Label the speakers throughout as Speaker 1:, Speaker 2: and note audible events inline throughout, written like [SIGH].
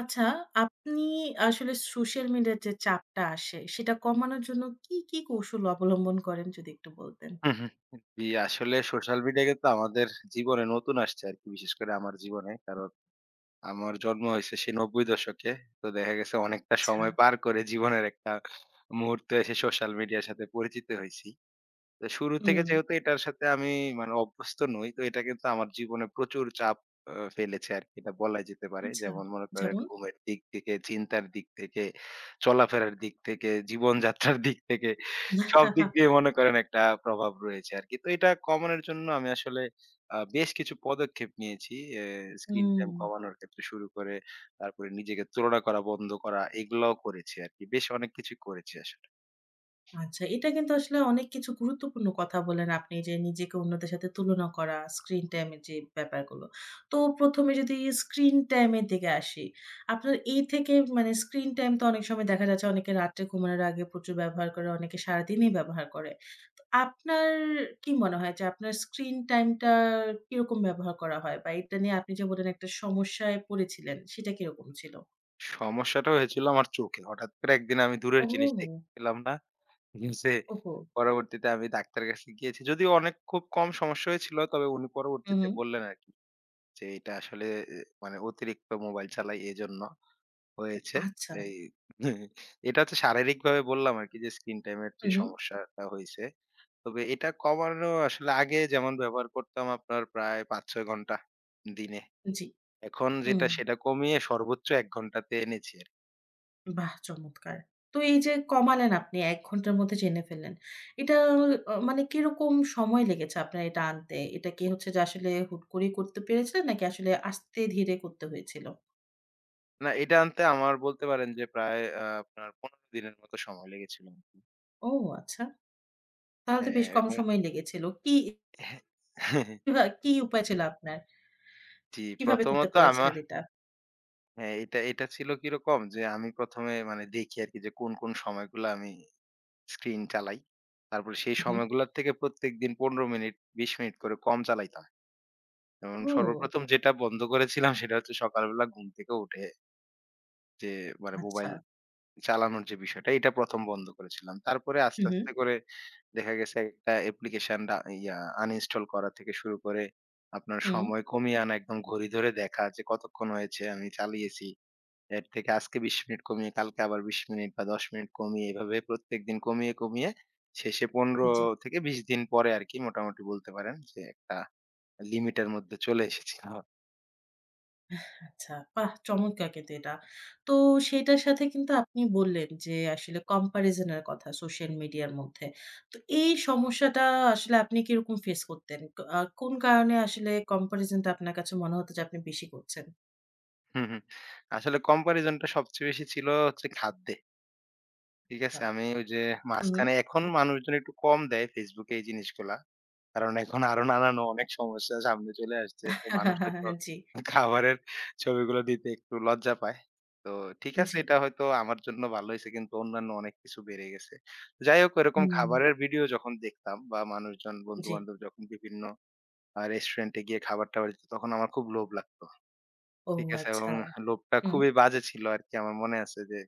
Speaker 1: আচ্ছা, আপনি আসলে সোশ্যাল মিডিয়ার যে চাপটা আসে, সেটা কমানোর জন্য কি কৌশল অবলম্বন করেন যদি একটু বলতেন?
Speaker 2: হুম, হুম। জি, আসলে সোশ্যাল মিডিয়া কিন্তু আমাদের জীবনে নতুন আসছে আরকি। বিশেষ করে আমার জীবনে। কারণ আমার জন্ম হইছে সেই ৯০ দশকে। তো দেখা গেছে অনেকটা
Speaker 1: আচ্ছা,
Speaker 2: সময় পার করে জীবনের একটা মুহূর্তে এসে সোশ্যাল মিডিয়ার সাথে পরিচিত হইছি। তো শুরু থেকে
Speaker 1: হুম,
Speaker 2: যেহেতু এটার সাথে আমি মানে অভ্যস্ত নই, তো এটা কিন্তু আমার জীবনে প্রচুর চাপ ফেলেছে আরকি। এটা বলা যেতে পারে।
Speaker 1: আচ্ছা,
Speaker 2: যেমন মনে করেন
Speaker 1: যেমন?
Speaker 2: ঘুমের দিক থেকে, চিন্তার দিক থেকে, চলাফেরার দিক থেকে, জীবনযাত্রার দিক থেকে সব দিক দিয়ে মনে করেন একটা প্রভাব রয়েছে আরকি। তো এটা কমানোর জন্য আমি আসলে বেশ কিছু পদক্ষেপ নিয়েছি। এ স্ক্রিন
Speaker 1: হুম,
Speaker 2: টাইম কমানোর ক্ষেত্রে শুরু করে তারপরে নিজেকে তুলনা করা বন্ধ করা এগুলাও করেছি আরকি। বেশ অনেক কিছুই করেছি আসলে।
Speaker 1: আচ্ছা, এটা কিন্তু আসলে অনেক কিছু গুরুত্বপূর্ণ কথা বলেন আপনি যে নিজেকে অন্যদের সাথে তুলনা করা, স্ক্রিন টাইম এর যে ব্যাপারগুলো। তো ১ম এ যদি স্ক্রিন টাইম এর দিকে আসি, আপনার এই থেকে মানে স্ক্রিন টাইম তো অনেক সময় দেখা যাচ্ছে অনেকে রাত্রে ঘুমানোর আগে প্রচুর ব্যবহার করে, অনেকে সারাদিনই ব্যবহার করে। আপনার কি মনে হয় যে আপনার স্ক্রিন টাইমটা কিরকম ব্যবহার করা হয়? বা এটা নিয়ে আপনি যে বললেন একটা সমস্যায় পড়েছিলেন, সেটা কিরকম ছিল?
Speaker 2: সমস্যাটা হয়েছিল আমার চোখে। হঠাৎ করে একদিন আমি দূরের জিনিস
Speaker 1: ও!
Speaker 2: দেখতে পেলাম না। জি। যে
Speaker 1: ওহো!
Speaker 2: পরবর্তীতে আমি ডাক্তারের কাছে গিয়েছি। যদিও অনেক খুব কম সমস্যা হয়েছিল। তবে উনি
Speaker 1: হু,
Speaker 2: পরবর্তীতে
Speaker 1: হু।
Speaker 2: বললেন আরকি যে, "এটা আসলে মানে অতিরিক্ত মোবাইল চালাই এজন্য হয়েছে।"
Speaker 1: আচ্ছা।
Speaker 2: এই এটা হচ্ছে শারীরিকভাবে বললাম আরকি যে স্ক্রিন টাইম এর
Speaker 1: হু,
Speaker 2: যে
Speaker 1: হু।
Speaker 2: সমস্যাটা হইছে। তবে এটা কমানো আসলে আগে যেমন ব্যবহার করতাম আপনার প্রায় ৫-৬ ঘন্টা দিনে।
Speaker 1: জি।
Speaker 2: এখন
Speaker 1: হুম।
Speaker 2: যেটা সেটা কমিয়ে সর্বোচ্চ ১ ঘন্টাতে এনেছি।
Speaker 1: বাহ! চমৎকার। তো এই যে কমালেন আপনি ১ ঘন্টার মধ্যে জেনে ফেললেন। এটা মানে কিরকম সময় লেগেছে আপনার এটা আনতে? এটা কি হচ্ছে যে আসলে হুট করেই করতে পেরেছিলেন? নাকি আসলে আস্তে ধীরে করতে হয়েছিল?
Speaker 2: না, এটা আনতে আমার বলতে পারেন যে প্রায় আপনার ১৫ দিনের মতো সময় লেগেছিল আরকি।
Speaker 1: ও আচ্ছা। তাহলে তো
Speaker 2: হ্যাঁ,
Speaker 1: বেশ কম
Speaker 2: এবং
Speaker 1: সময় লেগেছিল।
Speaker 2: [LAUGHS]
Speaker 1: কি উপায় ছিল আপনার?
Speaker 2: জি,
Speaker 1: কিভাবে করতে
Speaker 2: প্রথমত আমার
Speaker 1: পেরেছিলেন এটা?
Speaker 2: হ্যাঁ, এটা এটা ছিল কিরকম যে আমি ১ম এ মানে দেখি আরকি যে কোন, কোন সময়গুলা আমি স্ক্রিন চালাই। তারপরে সেই
Speaker 1: হু, হু।
Speaker 2: সময়গুলার থেকে প্রত্যেকদিন ১৫ মিনিট ২০ মিনিট করে কম চালাইতাম। এবং
Speaker 1: ও
Speaker 2: সর্বপ্রথম যেটা বন্ধ করেছিলাম সেটা হচ্ছে সকালবেলা ঘুম থেকে উঠে যে মানে
Speaker 1: আচ্ছা।
Speaker 2: মোবাইল চালানোর যে বিষয়টা এটা ১ম বন্ধ করেছিলাম। তারপরে
Speaker 1: হু,
Speaker 2: আস্তে,
Speaker 1: হু,
Speaker 2: আস্তে করে দেখা গেছে একটা অ্যাপ্লিকেশন ডা ইয়া আনইনস্টল করা থেকে শুরু করে আপনার
Speaker 1: হুম।
Speaker 2: সময় কমিয়ে আনা একদম ঘড়ি ধরে দেখা যে কতক্ষণ হয়েছে আমি চালিয়েছি। এর থেকে আজকে ২০ মিনিট কমিয়ে কালকে আবার ২০ মিনিট বা ১০ মিনিট কমিয়ে এভাবে প্রত্যেকদিন কমিয়ে, কমিয়ে শেষে ১৫
Speaker 1: জি,
Speaker 2: থেকে ২০ দিন পরে আরকি মোটামুটি বলতে পারেন যে একটা লিমিটের মধ্যে চলে এসেছিলাম।
Speaker 1: আচ্ছা। বাহ! চমৎকার কিন্তু এটা। তো সেটার সাথে কিন্তু আপনি বললেন যে আসলে কম্প্যারিজন এর কথা সোশ্যাল মিডিয়ার মধ্যে। তো এই সমস্যাটা আসলে আপনি কিরকম ফেস করতেন? ক আ কোন কারণে আসলে কম্প্যারিজন টা আপনার কাছে মনে হতো যে আপনি বেশি করছেন?
Speaker 2: হুম, হুম। আসলে কম্পারিজনটা সবচেয়ে বেশি ছিল হচ্ছে খাদ্যে। ঠিক
Speaker 1: আ
Speaker 2: আছে। আমি ওই যে
Speaker 1: হু, হু।
Speaker 2: মাঝখানে এখন মানুষজন একটু কম দেয় Facebook এ এই জিনিসগুলা। কারণ এখন আরো নানান অনেক সমস্যা সামনে চলে আসছে। তো মানুষ হয়তো
Speaker 1: জি,
Speaker 2: খাবারের ছবিগুলো দিতে একটু লজ্জা পায়। তো ঠিক আছে
Speaker 1: জি।
Speaker 2: এটা হয়তো আমার জন্য ভালো হইছে কিন্তু অন্যান্য অনেক কিছু বেড়ে গেছে। যাই হোক ওইরকম
Speaker 1: হুম,
Speaker 2: খাবারের ভিডিও যখন দেখতাম বা মানুষজন
Speaker 1: জি।
Speaker 2: বন্ধু-বান্ধব যখন বিভিন্ন রেস্টুরেন্টে গিয়ে খাবার-টাবার দিত তখন আমার খুব লোভ লাগতো।
Speaker 1: ও
Speaker 2: ঠিক আছে? এবং
Speaker 1: আচ্ছা।
Speaker 2: লোভটা
Speaker 1: হুম,
Speaker 2: খুবই বাজে ছিল আরকি। আমার মনে আছে যে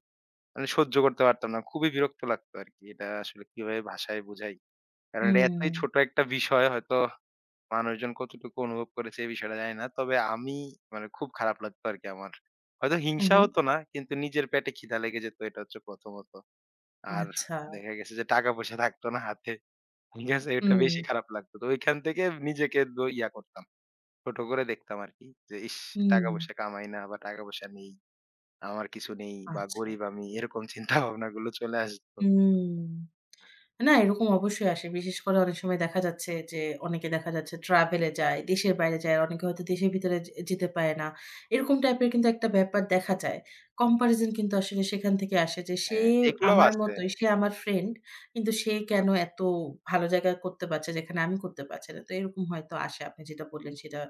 Speaker 2: মানে সহ্য করতে পারতাম না। খুবই বিরক্ত লাগতো আরকি। এটা আসলে কিভাবে ভাষায় বোঝাই? কারণ এটা এতই
Speaker 1: হুম,
Speaker 2: ছোট একটা বিষয় হয়তো মানুষজন কতটুকু অনুভব করেছে এই বিষয়টা জানি না। তবে আমি মানে খুব খারাপ লাগতো আরকি আমার। হয়তো
Speaker 1: হু,
Speaker 2: হিংসা
Speaker 1: হু।
Speaker 2: হতো না কিন্তু নিজের পেটে খিদা লেগে যেত এটা হচ্ছে প্রথমত। আর
Speaker 1: আচ্ছা।
Speaker 2: দেখা গেছে যে টাকা পয়সা থাকতো না হাতে। ঠিক আছে? এটা
Speaker 1: হুম,
Speaker 2: বেশি খারাপ লাগতো। তো ওইখান থেকে নিজেকে দ ইয়া করতাম। ছোট করে দেখতাম আরকি। যে ইস! টাকা
Speaker 1: হুম।
Speaker 2: পয়সা কামাই না বা টাকা পয়সা নেই, আমার কিছু নেই বা
Speaker 1: আচ্ছা।
Speaker 2: গরিব আমি এরকম চিন্তা ভাবনাগুলো চলে আসতো।
Speaker 1: হুম। না, এরকম অবশ্যই আসে। বিশেষ করে অনেক সময় দেখা যাচ্ছে যে, অনেকে দেখা যাচ্ছে ট্রাভেল এ যায়, দেশের বাইরে যায়। অনেকে হয়তো দেশের ভিতরে যে যেতে পারে না। এরকম টাইপের কিন্তু একটা ব্যাপার দেখা যায়। কম্পারিজন কিন্তু আসলে সেখান থেকে আসে যে, সে
Speaker 2: হ্যাঁ, এগুলোও
Speaker 1: আমার
Speaker 2: আছে।
Speaker 1: মতোই, সে আমার ফ্রেন্ড। কিন্তু সে কেন এত ভালো জায়গায় করতে পারছে, যেখানে আমি করতে পারছি না? তো এরকম হয়তো আসে। আপনি যেটা বললেন সেটা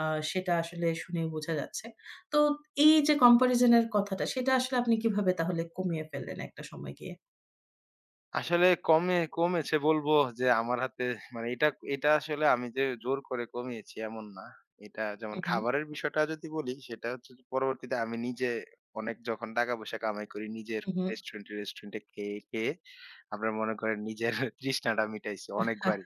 Speaker 1: আ সেটা আসলে শুনেই বোঝা যাচ্ছে। তো এই যে কম্পারিজন এর কথাটা, সেটা আসলে আপনি কিভাবে তাহলে কমিয়ে ফেললেন একটা সময় গিয়ে?
Speaker 2: আসলে কমে কমেছে বলবো যে আমার হাতে মানে এটা এটা আসলে আমি যে জোর করে কমিয়েছি এমন না। এটা যেমন
Speaker 1: হু, হু,
Speaker 2: খাবারের বিষয়টা যদি বলি সেটা হচ্ছে যে পরবর্তীতে আমি নিজে অনেক যখন টাকা-পয়সা কামাই করি নিজের
Speaker 1: হু,
Speaker 2: রেস্টুরেন্টে, রেস্টুরেন্টে খেয়ে, খেয়ে আপনারা মনে করেন নিজের [LAUGHS] তৃষ্ণাটা মিটাইছি
Speaker 1: হু।
Speaker 2: অনেকবারই।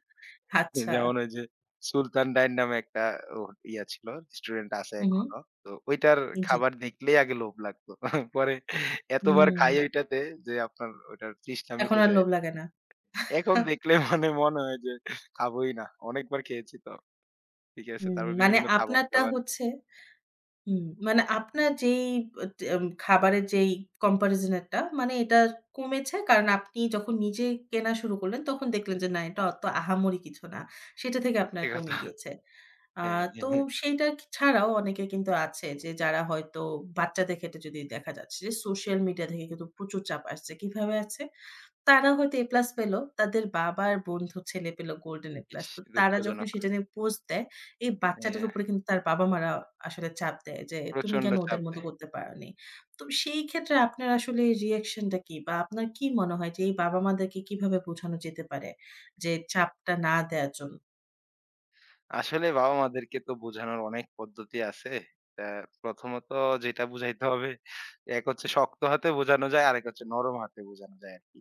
Speaker 1: আচ্ছা।
Speaker 2: যেমন ওই যে সুলতান ডাইন নামে একটা ও ইয়া ছিল, রেস্টুরেন্ট আছে
Speaker 1: হু, হু।
Speaker 2: এখনো। তো ঐটার
Speaker 1: জি।
Speaker 2: খাবার দেখলেই আগে লোভ লাগতো। [LAUGHS] পরে এতবার
Speaker 1: হুম।
Speaker 2: খাই ঐটাতে যে আপনার ওটার তৃষ্ণা
Speaker 1: এখন
Speaker 2: মিটে
Speaker 1: আর
Speaker 2: যায়।
Speaker 1: লোভ লাগে না। হুম,
Speaker 2: এখন
Speaker 1: [LAUGHS]
Speaker 2: দেখলে মানে মনে হয় যে খাবোই না। অনেকবার খেয়েছি তো। ঠিক আছে? তারপর
Speaker 1: মানে
Speaker 2: বিভিন্ন
Speaker 1: আপনারটা
Speaker 2: খাবার-দাবার।
Speaker 1: হচ্ছে হুম, মানে আপনার যেই আ টে খাবারের যেই comparison এর টা মানে এটা কমেছে কারণ আপনি যখন নিজে কেনা শুরু করলেন তখন দেখলেন যে না এটা অত আহামরি কিছু না। সেটা থেকে আপনার
Speaker 2: সত্যি
Speaker 1: কমে
Speaker 2: কথা।
Speaker 1: গিয়েছে। আ
Speaker 2: হ্যাঁ, হ্যাঁ,
Speaker 1: তো
Speaker 2: হ্যাঁ।
Speaker 1: সেইটা ছাড়াও অনেকে কিন্তু আছে যে যারা হয়তো বাচ্চাদের ক্ষেত্রে যদি দেখা যাচ্ছে যে সোশ্যাল মিডিয়া থেকে কিন্তু প্রচুর চাপ আসছে। কিভাবে আসছে? তারা হয়তো এ প্লাস পেল। তাদের বাবার বন্ধুর ছেলে পেল গোল্ডেন এ প্লাস।
Speaker 2: ইস
Speaker 1: তো তারা যখন
Speaker 2: দুঃখজনক।
Speaker 1: সেটা নিয়ে পোস্ট দেয়, এই বাচ্চাটার
Speaker 2: হ্যাঁ,
Speaker 1: উপরে কিন্তু তার বাবা-মারা আসলে চাপ দেয় যে, "তুমি
Speaker 2: প্রচন্ড
Speaker 1: কেন
Speaker 2: চাপ
Speaker 1: ওদের মতো
Speaker 2: দেয়।
Speaker 1: করতে পারোনি?" তো সেই ক্ষেত্রে আপনার আসলে রিঅ্যাকশন টা কি? বা আপনার কি মনে হয় যে এই বাবা-মাদেরকে কিভাবে বোঝানো যেতে পারে যে চাপটা না দেয়ার জন্য?
Speaker 2: আসলে বাবা-মাদেরকে তো বোঝানোর অনেক পদ্ধতি আছে। তা প্রথমত যেটা বুঝাইতে হবে, এক হচ্ছে শক্ত হাতে বোঝানো যায়, আরেক হচ্ছে নরম হাতে বোঝানো যায় আরকি।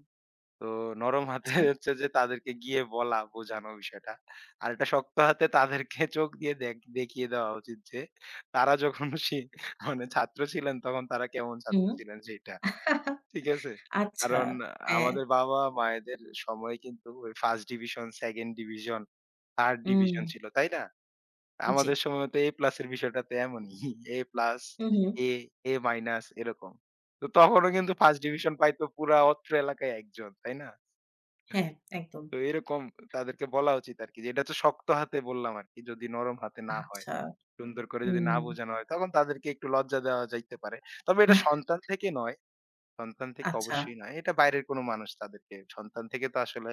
Speaker 2: তো নরম হাতে
Speaker 1: আচ্ছা,
Speaker 2: [LAUGHS] হচ্ছে যে তাদেরকে গিয়ে বলা, বোঝানো বিষয়টা। আর এটা শক্ত হাতে তাদেরকে [LAUGHS] চোখ দিয়ে দেখিয়ে দেওয়া উচিত যে, তারা যখন [LAUGHS] মানে ছাত্র ছিলেন তখন তারা কেমন ছাত্র
Speaker 1: হুম।
Speaker 2: ছিলেন সেইটা।
Speaker 1: [LAUGHS]
Speaker 2: ঠিক আছে?
Speaker 1: আচ্ছা,
Speaker 2: কারণ
Speaker 1: হ্যাঁ,
Speaker 2: আমাদের বাবা-মায়েদের সময় কিন্তু ওই first division, second division, third
Speaker 1: হুম,
Speaker 2: ডিভিশন ছিল, তাই না?
Speaker 1: জি,
Speaker 2: আমাদের সময় তো A প্লাস এর বিষয়টা তো এমনই। [LAUGHS] A প্লাস,
Speaker 1: হু, হু,
Speaker 2: A, A মাইনাস এরকম। তো তখনও কিন্তু ফার্স্ট ডিভিশন পাইতো পুরা অত্র এলাকায় একজন, তাই না?
Speaker 1: হ্যাঁ, একদম।
Speaker 2: তো এরকম তাদেরকে বলা উচিত আরকি যে এটা তো শক্ত হাতে বললাম আরকি। যদি নরম হাতে না হয়,
Speaker 1: আচ্ছা,
Speaker 2: সুন্দর করে যদি না
Speaker 1: হুম,
Speaker 2: বোঝানো হয় তখন তাদেরকে একটু লজ্জা দেওয়া যাইতে পারে। তবে এটা
Speaker 1: [LAUGHS]
Speaker 2: সন্তান থেকে নয়, সন্তান থেকে
Speaker 1: আচ্ছা,
Speaker 2: অবশ্যই নয়। এটা বাইরের কোনো মানুষ তাদেরকে সন্তান থেকে তো আসলে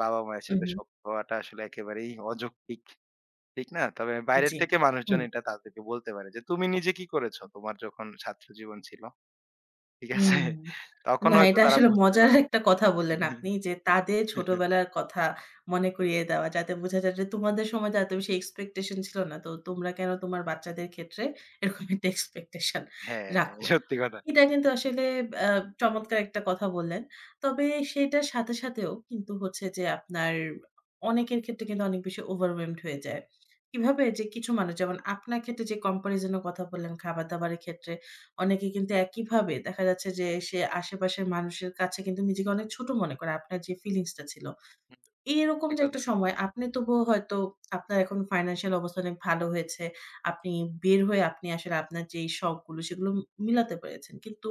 Speaker 2: বাবা-মায়ের সাথে
Speaker 1: উহু,
Speaker 2: শক্ত হওয়াটা আসলে একেবারেই অযৌক্তিক। ঠিক না? তবে বাইরের
Speaker 1: জি,
Speaker 2: থেকে
Speaker 1: হুম।
Speaker 2: মানুষজন এটা তাদেরকে বলতে পারে যে, "তুমি নিজে কি করেছো?" তোমার যখন ছাত্র জীবন ছিল। ঠিক আছে?
Speaker 1: হুম।
Speaker 2: তখন
Speaker 1: না
Speaker 2: হয়তো
Speaker 1: এটা
Speaker 2: তারা
Speaker 1: আসলে
Speaker 2: বুঝতে
Speaker 1: মজার
Speaker 2: পারবে।
Speaker 1: একটা কথা বললেন আপনি
Speaker 2: [LAUGHS]
Speaker 1: যে তাদের ছোটবেলার কথা মনে করিয়ে দেওয়া। যাতে বোঝা যায় যে তোমাদের সময় তো এত বেশি এক্সপেকটেশন ছিল না। তো তোমরা কেন তোমার বাচ্চাদের ক্ষেত্রে এরকম একটা এক্সপেকটেশন
Speaker 2: হ্যাঁ,
Speaker 1: রাখো।
Speaker 2: সত্যি কথা।
Speaker 1: এটা কিন্তু আসলে আ চমৎকার একটা কথা বললেন। তবে সেটার সাথে সাথেও কিন্তু হচ্ছে যে আপনার অনেকের ক্ষেত্রে কিন্তু অনেক বেশি ওভারওয়েলমড হয়ে যায়। কিভাবে যে কিছু মানুষ যেমন আপনার ক্ষেত্রে যে কম্পারিজন এর কথা বললেন খাবার-দাবারের ক্ষেত্রে অনেকে কিন্তু একইভাবে দেখা যাচ্ছে যে সে আশেপাশের মানুষের কাছে কিন্তু নিজেকে অনেক ছোট মনে করে। আপনার যে ফিলিংস টা ছিল। এরকম
Speaker 2: সত্যি
Speaker 1: যে একটা
Speaker 2: কথা।
Speaker 1: সময় আপনি তবুও হয়তো আপনার এখন ফাইন্যান্সিয়াল অবস্থা অনেক ভালো হয়েছে। আপনি বের হয়ে আপনি আসলে আপনার যেই শখগুলো সেগুলো মিলাতে পেরেছেন। কিন্তু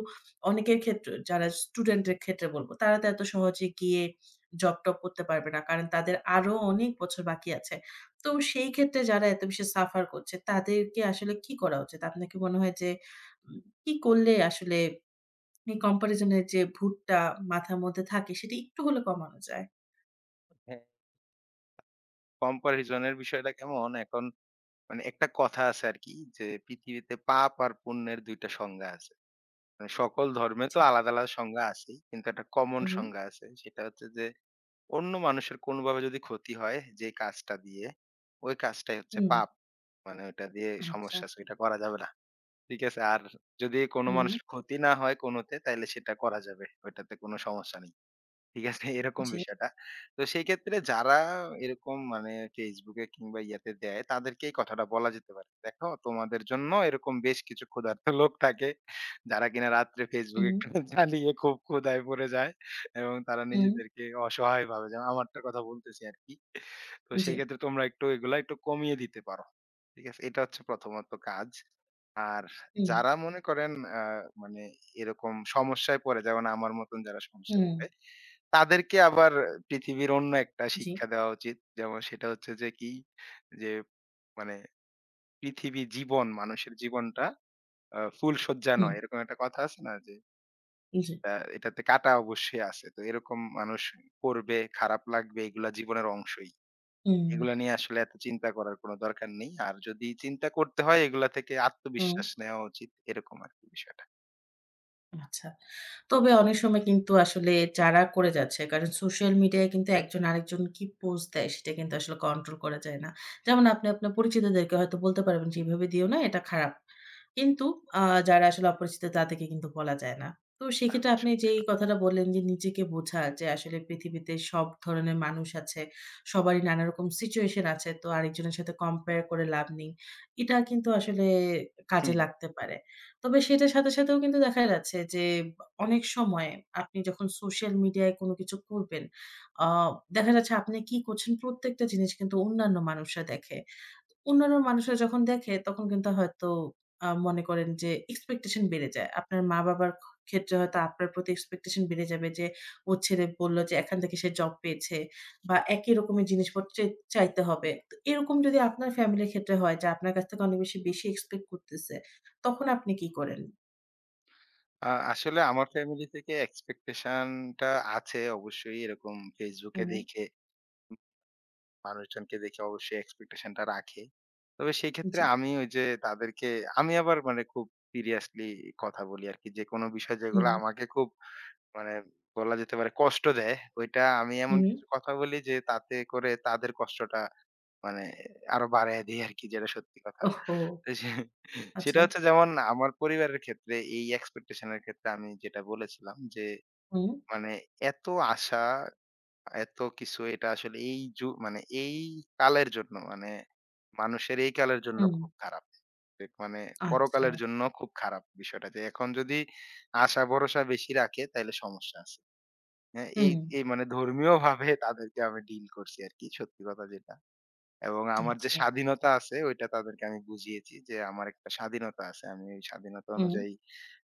Speaker 1: অনেকের ক্ষেত্রে যারা স্টুডেন্টের ক্ষেত্রে বলবো তারা তো এত সহজে গিয়ে জব-টব করতে পারবে না। কারণ তাদের আরো অনেক বছর বাকি আছে। তো সেই ক্ষেত্রে যারা এত বেশি সাফার করছে তাদেরকে আসলে কি করা উচিত? আপনার কি মনে হয় যে উম কি করলে আসলে এই কম্পারিজনের যে ভূতটা মাথার মধ্যে থাকে সেটি একটু হলে কমানো যায়?
Speaker 2: হ্যাঁ, কম্পারিজন এর বিষয়টা কেমন এখন মানে একটা কথা আছে আরকি যে, পৃথিবীতে পাপ আর পুণ্যের ২ টা সংজ্ঞা আছে। মানে সকল ধর্মে
Speaker 1: জি।
Speaker 2: তো আলাদা, আলাদা সংজ্ঞা আছেই। কিন্তু একটা কমন
Speaker 1: উহু।
Speaker 2: সংজ্ঞা আছে। সেটা হচ্ছে যে অন্য মানুষের কোনোভাবে যদি ক্ষতি হয় যে কাজটা দিয়ে, ওই কাজটাই হচ্ছে
Speaker 1: হুম,
Speaker 2: পাপ। মানে ওইটা দিয়ে
Speaker 1: আচ্ছা।
Speaker 2: সমস্যা আছে, ওইটা করা যাবে না। ঠিক আছে? আর যদি কোনো
Speaker 1: হু, হু।
Speaker 2: মানুষের ক্ষতি না হয় কোনোতে তাইলে সেটা করা যাবে। ওইটাতে কোনো সমস্যা নেই। ঠিক আছে? [LAUGHS] এরকম
Speaker 1: জি।
Speaker 2: বিষয়টা। তো সেই ক্ষেত্রে যারা এরকম মানে Facebook এ কিংবা ইয়াতে দেয় তাদেরকে এই কথাটা বলা যেতে পারে। দেখো তোমাদের জন্য এরকম বেশ কিছু ক্ষুধার্ত [LAUGHS] লোক থাকে যারা কিনা রাত্রে
Speaker 1: হু,
Speaker 2: Facebook
Speaker 1: হু।
Speaker 2: একটু [LAUGHS] চালিয়ে খুব ক্ষুধায় পড়ে যায় এবং তারা
Speaker 1: হুম,
Speaker 2: নিজেদেরকে অসহায় ভাবে। যেমন আমারটার কথা বলতেছি আরকি। তো
Speaker 1: জি।
Speaker 2: সেই ক্ষেত্রে তোমরা একটু এগুলা একটু কমিয়ে দিতে পারো। ঠিক আছে? এটা হচ্ছে প্রথমত কাজ। আর
Speaker 1: হুম,
Speaker 2: যারা মনে করেন আ মানে এরকম সমস্যায় পড়ে যেমন আমার মতন যারা সমস্যায়
Speaker 1: হুম,
Speaker 2: পড়ে তাদেরকে আবার পৃথিবীর অন্য একটা
Speaker 1: জি।
Speaker 2: শিক্ষা দেওয়া উচিত। যেমন সেটা হচ্ছে যে কি? যে মানে পৃথিবী জীবন, মানুষের জীবনটা ফুলশয্যা
Speaker 1: হুম,
Speaker 2: নয়। এরকম একটা কথা আছে না? যে
Speaker 1: জি।
Speaker 2: আ এটাতে কাঁটা অবশ্যই আছে। তো এরকম মানুষ করবে, খারাপ লাগবে এগুলা জীবনের অংশই।
Speaker 1: হুম,
Speaker 2: এগুলা নিয়ে আসলে এত চিন্তা করার কোনো দরকার নেই। আর যদি চিন্তা করতে হয় এগুলা থেকে
Speaker 1: হুম।
Speaker 2: আত্মবিশ্বাস নেওয়া উচিত। এরকম আরকি বিষয়টা।
Speaker 1: আচ্ছা। তবে অনেক সময় কিন্তু আসলে যারা করে যাচ্ছে কারণ সোশ্যাল মিডিয়ায় কিন্তু একজন আরেকজন কি পোস্ট দেয় সেটা কিন্তু আসলে কন্ট্রোল করা যায় না। যেমন আপনি আপনার পরিচিতদেরকে হয়তো বলতে পারবেন যে, "এভাবে দিও না, এটা খারাপ।" কিন্তু আ যারা আসলে অপরিচিত তাদেরকে কিন্তু বলা যায় না। তো সেক্ষেত্রে আপনি
Speaker 2: সত্যি
Speaker 1: যেই
Speaker 2: কথা।
Speaker 1: কথাটা বললেন যে, নিজেকে বোঝা যে আসলে পৃথিবীতে সব ধরনের মানুষ আছে, সবারই নানারকম সিচুয়েশন আছে। তো আরেকজনের সাথে কম্পেয়ার করে লাভ নেই। এটা কিন্তু আসলে
Speaker 2: হুম,
Speaker 1: কাজে
Speaker 2: হুম।
Speaker 1: লাগতে পারে। তবে সেটার সাথে সাথেও কিন্তু দেখা যাচ্ছে যে অনেক সময় আপনি যখন সোশ্যাল মিডিয়ায় কোনো কিছু করবেন, আ দেখা যাচ্ছে আপনি কি করছেন প্রত্যেকটা জিনিস কিন্তু অন্যান্য মানুষরা দেখে। অন্যান্য মানুষরা যখন দেখে তখন কিন্তু হয়তো মনে করেন যে এক্সপেকটেশন বেড়ে যায়। আপনার মা-বাবার ক্ষেত্রে হয়তো আপনার প্রতি এক্সপেকটেশন বেড়ে যাবে যে ওর ছেলে বলল যে এখান থেকে সে জব পেয়েছে বা একই রকমের জিনিসপত্র চাইতে হবে। তো এরকম যদি আপনার ফ্যামিলির ক্ষেত্রে হয় যে আপনার কাছ থেকে অনেক বেশি এক্সপেক্ট করতেছে তখন আপনি কি করেন?
Speaker 2: আসলে আমার ফ্যামিলি থেকে এক্সপেকটেশন টা আছে অবশ্যই এরকম Facebook এ
Speaker 1: হুম,
Speaker 2: দেখে, মানুষজনকে দেখে অবশ্যই এক্সপেকটেশন টা রাখে। তবে সেই ক্ষেত্রে
Speaker 1: জি।
Speaker 2: আমি ওই যে তাদেরকে আমি আবার মানে খুব সিরিয়াসলি কথা বলি আরকি। যেকোনো বিষয় যেগুলো
Speaker 1: হুম,
Speaker 2: আমাকে খুব মানে বলা যেতে পারে কষ্ট দেয়, ওইটা আমি এমন
Speaker 1: হুম।
Speaker 2: কিছু কথা বলি যে তাতে করে তাদের কষ্টটা মানে আরো বাড়ায় দেই আরকি যেটা সত্যি কথা।
Speaker 1: ওহহো!
Speaker 2: তো সেটা
Speaker 1: আচ্ছা।
Speaker 2: হচ্ছে যেমন আমার পরিবারের ক্ষেত্রে এই এক্সপেকটেশন এর ক্ষেত্রে আমি যেটা বলেছিলাম যে
Speaker 1: হুম,
Speaker 2: মানে এত আশা, এত কিছু এটা আসলে এই যু মানে এই কালের জন্য মানে মানুষের এই কালের জন্য
Speaker 1: হুম।
Speaker 2: খুব খারাপ। মানে
Speaker 1: আচ্ছা।
Speaker 2: পরকালের জন্য খুব খারাপ বিষয়টা যে এখন যদি আশা ভরসা বেশি রাখে তাইলে সমস্যা আছে। হ্যাঁ, এই
Speaker 1: হুম,
Speaker 2: এই মানে ধর্মীয়ভাবে তাদেরকে আমি ডিল করছি আরকি সত্যি কথা যেটা। এবং আমার যে
Speaker 1: আচ্ছা।
Speaker 2: স্বাধীনতা আছে ওইটা তাদেরকে আমি বুঝিয়েছি যে আমার একটা স্বাধীনতা আছে। আমি ওই স্বাধীনতা
Speaker 1: হুম,
Speaker 2: অনুযায়ী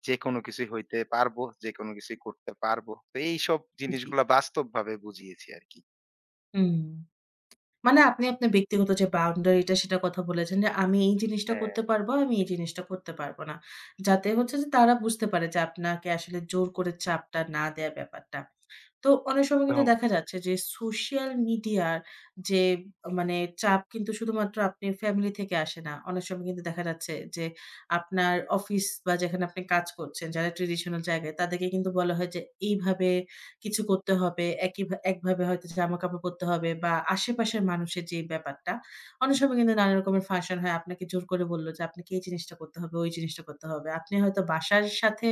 Speaker 2: যেকোনো কিছুই হইতে পারবো, যেকোনো কিছুই করতে পারবো। তো এইসব
Speaker 1: জি।
Speaker 2: জিনিসগুলা বাস্তবভাবে বুঝিয়েছি আরকি।
Speaker 1: হুম। মানে আপনি আপনার ব্যক্তিগত যে বাউন্ডারি টা সেটার কথা বলেছেন যে, "আমি এই জিনিসটা
Speaker 2: হ্যাঁ।
Speaker 1: করতে পারব, আমি এই জিনিসটা করতে পারব না।" যাতে হচ্ছে যে তারা বুঝতে পারে যে আপনাকে আসলে জোর করে চাপটা না দেয়া ব্যাপারটা। তো অনেক সময় কিন্তু
Speaker 2: একদম
Speaker 1: দেখা যাচ্ছে যে সোশ্যাল মিডিয়ার যে মানে চাপ কিন্তু শুধুমাত্র আপনি ফ্যামিলি থেকে আসে না। অনেক সময় কিন্তু দেখা যাচ্ছে যে আপনার অফিস বা যেখানে আপনি কাজ করছেন যারা ট্রেডিশনাল জায়গায় তাদেরকে কিন্তু বলা হয় যে এইভাবে কিছু করতে হবে। একভাবে হয়তো জামাকাপড় পরতে হবে বা আশেপাশের মানুষের যে ব্যাপারটা, অনেক সময় কিন্তু নানা রকমের ফাংশন হয়। আপনাকে জোর করে বলল যে আপনাকে এই জিনিসটা করতে হবে, ওই জিনিসটা করতে হবে। আপনি হয়তো বাসার সাথে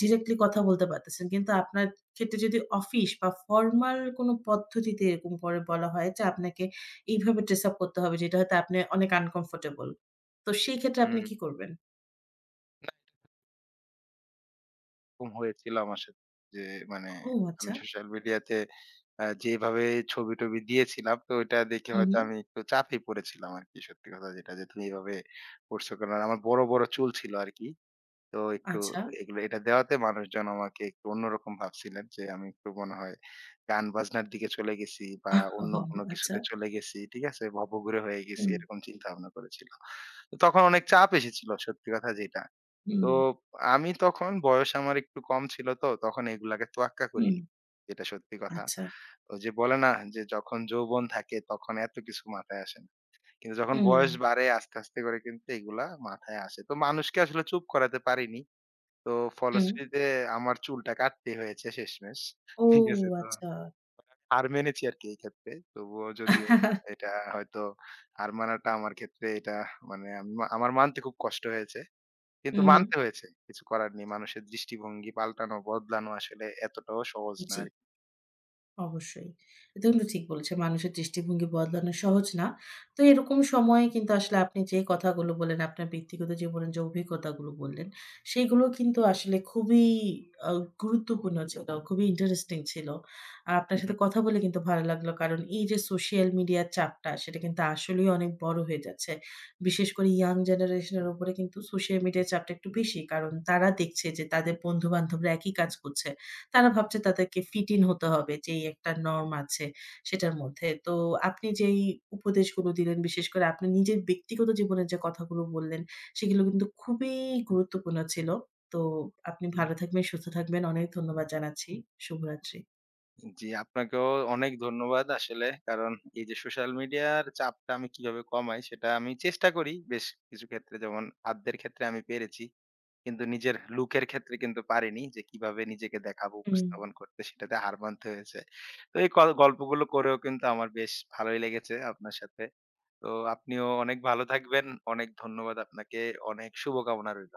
Speaker 1: ডিরেক্টলি কথা বলতে পারতেছেন। কিন্তু আপনার ক্ষেত্রে যদি অফিস বা ফরমাল কোনো পদ্ধতিতে এরকম করে বলা হয় যে, আপনাকে এইভাবে ড্রেস আপ করতে হবে যেটা হয়তো আপনি অনেক আনকমফোর্টেবল। তো সেই ক্ষেত্রে আপনি
Speaker 2: হুম,
Speaker 1: কি করবেন?
Speaker 2: না এরকম হয়েছিল আমার সাথে যে মানে
Speaker 1: ও আচ্ছা।
Speaker 2: আমি সোশ্যাল মিডিয়াতে যেভাবে ছবি-টবি দিয়েছিলাম তো ওইটা দেখে
Speaker 1: হুম,
Speaker 2: হয়তো
Speaker 1: হুম।
Speaker 2: আমি একটু চাপে পড়েছিলাম আরকি সত্যি কথা যেটা যে তুমি এভাবে করছো। কারণ আমার বড়, বড় চুল ছিল আরকি। তো একটু
Speaker 1: আচ্ছা।
Speaker 2: এগুলো এটা দেওয়াতে মানুষজন আমাকে একটু অন্যরকম ভাবছিলেন যে আমি একটু মনে হয় গান বাজনার দিকে চলে গেছি বা অন্য কোনো
Speaker 1: [LAUGHS] আচ্ছা।
Speaker 2: কিছুতে চলে গেছি। ঠিক আছে? ভবঘুরে হয়ে গেছি
Speaker 1: হুম,
Speaker 2: এরকম চিন্তা ভাবনা করেছিল। তো তখন অনেক চাপ এসেছিল সত্যি কথা যেটা।
Speaker 1: হুম,
Speaker 2: তো আমি তখন বয়স আমার একটু কম ছিল তো তখন এগুলাকে তোয়াক্কা
Speaker 1: হুম।
Speaker 2: করিনি। যেটা সত্যি কথা।
Speaker 1: আচ্ছা।
Speaker 2: ওই যে বলে না যে যখন যৌবন থাকে তখন এত কিছু মাথায় আসে না। কিন্তু যখন
Speaker 1: হুম,
Speaker 2: বয়স বাড়ে আস্তে, আস্তে করে কিন্তু এগুলা মাথায় আসে। তো মানুষকে আসলে চুপ করাতে পারিনি। তো
Speaker 1: হুম।
Speaker 2: ফলশ্রুতিতে আমার চুলটা কাটতেই হয়েছে শেষমেশ।
Speaker 1: ও
Speaker 2: ঠিক আছে? তো
Speaker 1: আচ্ছা।
Speaker 2: হার মেনেছি আরকি এই ক্ষেত্রে। তবুও যদিও
Speaker 1: [LAUGHS]
Speaker 2: এটা হয়তো হার মানাটা আমার ক্ষেত্রে এটা মানে আমি আমার মানতে খুব কষ্ট হয়েছে। কিন্তু
Speaker 1: হুম,
Speaker 2: মানতে হয়েছে। কিছু করার নেই। মানুষের দৃষ্টিভঙ্গি পাল্টানো, বদলানো আসলে এতটাও সহজ না
Speaker 1: জি।
Speaker 2: আরকি।
Speaker 1: অবশ্যই। এটা কিন্তু ঠিক বলেছেন। মানুষের দৃষ্টিভঙ্গি বদলানো সহজ না। তো এরকম সময়ে কিন্তু আসলে আপনি যে কথাগুলো বললেন, আপনার ব্যক্তিগত জীবনের যে অভিজ্ঞতাগুলো বললেন, সেগুলো কিন্তু আসলে খুবই আ গুরুত্বপূর্ণ ছিল, খুবই ইন্টারেস্টিং ছিল। আর আপনার
Speaker 2: হু, হু।
Speaker 1: সাথে কথা বলে কিন্তু ভালো লাগলো। কারণ এই যে সোশ্যাল মিডিয়ার চাপটা, সেটা কিন্তু আসলেই অনেক বড় হয়ে যাচ্ছে। বিশেষ করে ইয়াং জেনারেশন এর উপরে কিন্তু সোশ্যাল মিডিয়ার চাপটা একটু বেশি। কারণ তারা দেখছে যে তাদের বন্ধু-বান্ধবরা একই কাজ করছে। তারা ভাবছে তাদেরকে ফিট ইন হতে হবে যেই একটা নরম আছে সেটার মধ্যে। তো আপনি যেই উপদেশগুলো দিলেন বিশেষ করে আপনি নিজের ব্যক্তিগত জীবনের যে কথাগুলো বললেন সেগুলো কিন্তু খুবই গুরুত্বপূর্ণ ছিল। তো আপনি ভালো থাকবেন, সুস্থ থাকবেন। অনেক ধন্যবাদ জানাচ্ছি। শুভরাত্রি।
Speaker 2: জি, আপনাকেও অনেক ধন্যবাদ আসলে। কারণ এই যে সোশ্যাল মিডিয়ার চাপটা আমি কিভাবে কমাই সেটা আমি চেষ্টা করি বেশ কিছু ক্ষেত্রে। যেমন খাদ্যের ক্ষেত্রে আমি পেরেছি। কিন্তু নিজের লুকের ক্ষেত্রে কিন্তু পারিনি যে কিভাবে নিজেকে দেখাবো,
Speaker 1: হুম।
Speaker 2: উপস্থাপন করতে সেটাতে হার মানতে হয়েছে। তো এই গল্পগুলো করেও কিন্তু আমার বেশ ভালোই লেগেছে আপনার সাথে। তো আপনিও অনেক ভালো থাকবেন। অনেক ধন্যবাদ আপনাকে। অনেক শুভকামনা রইল।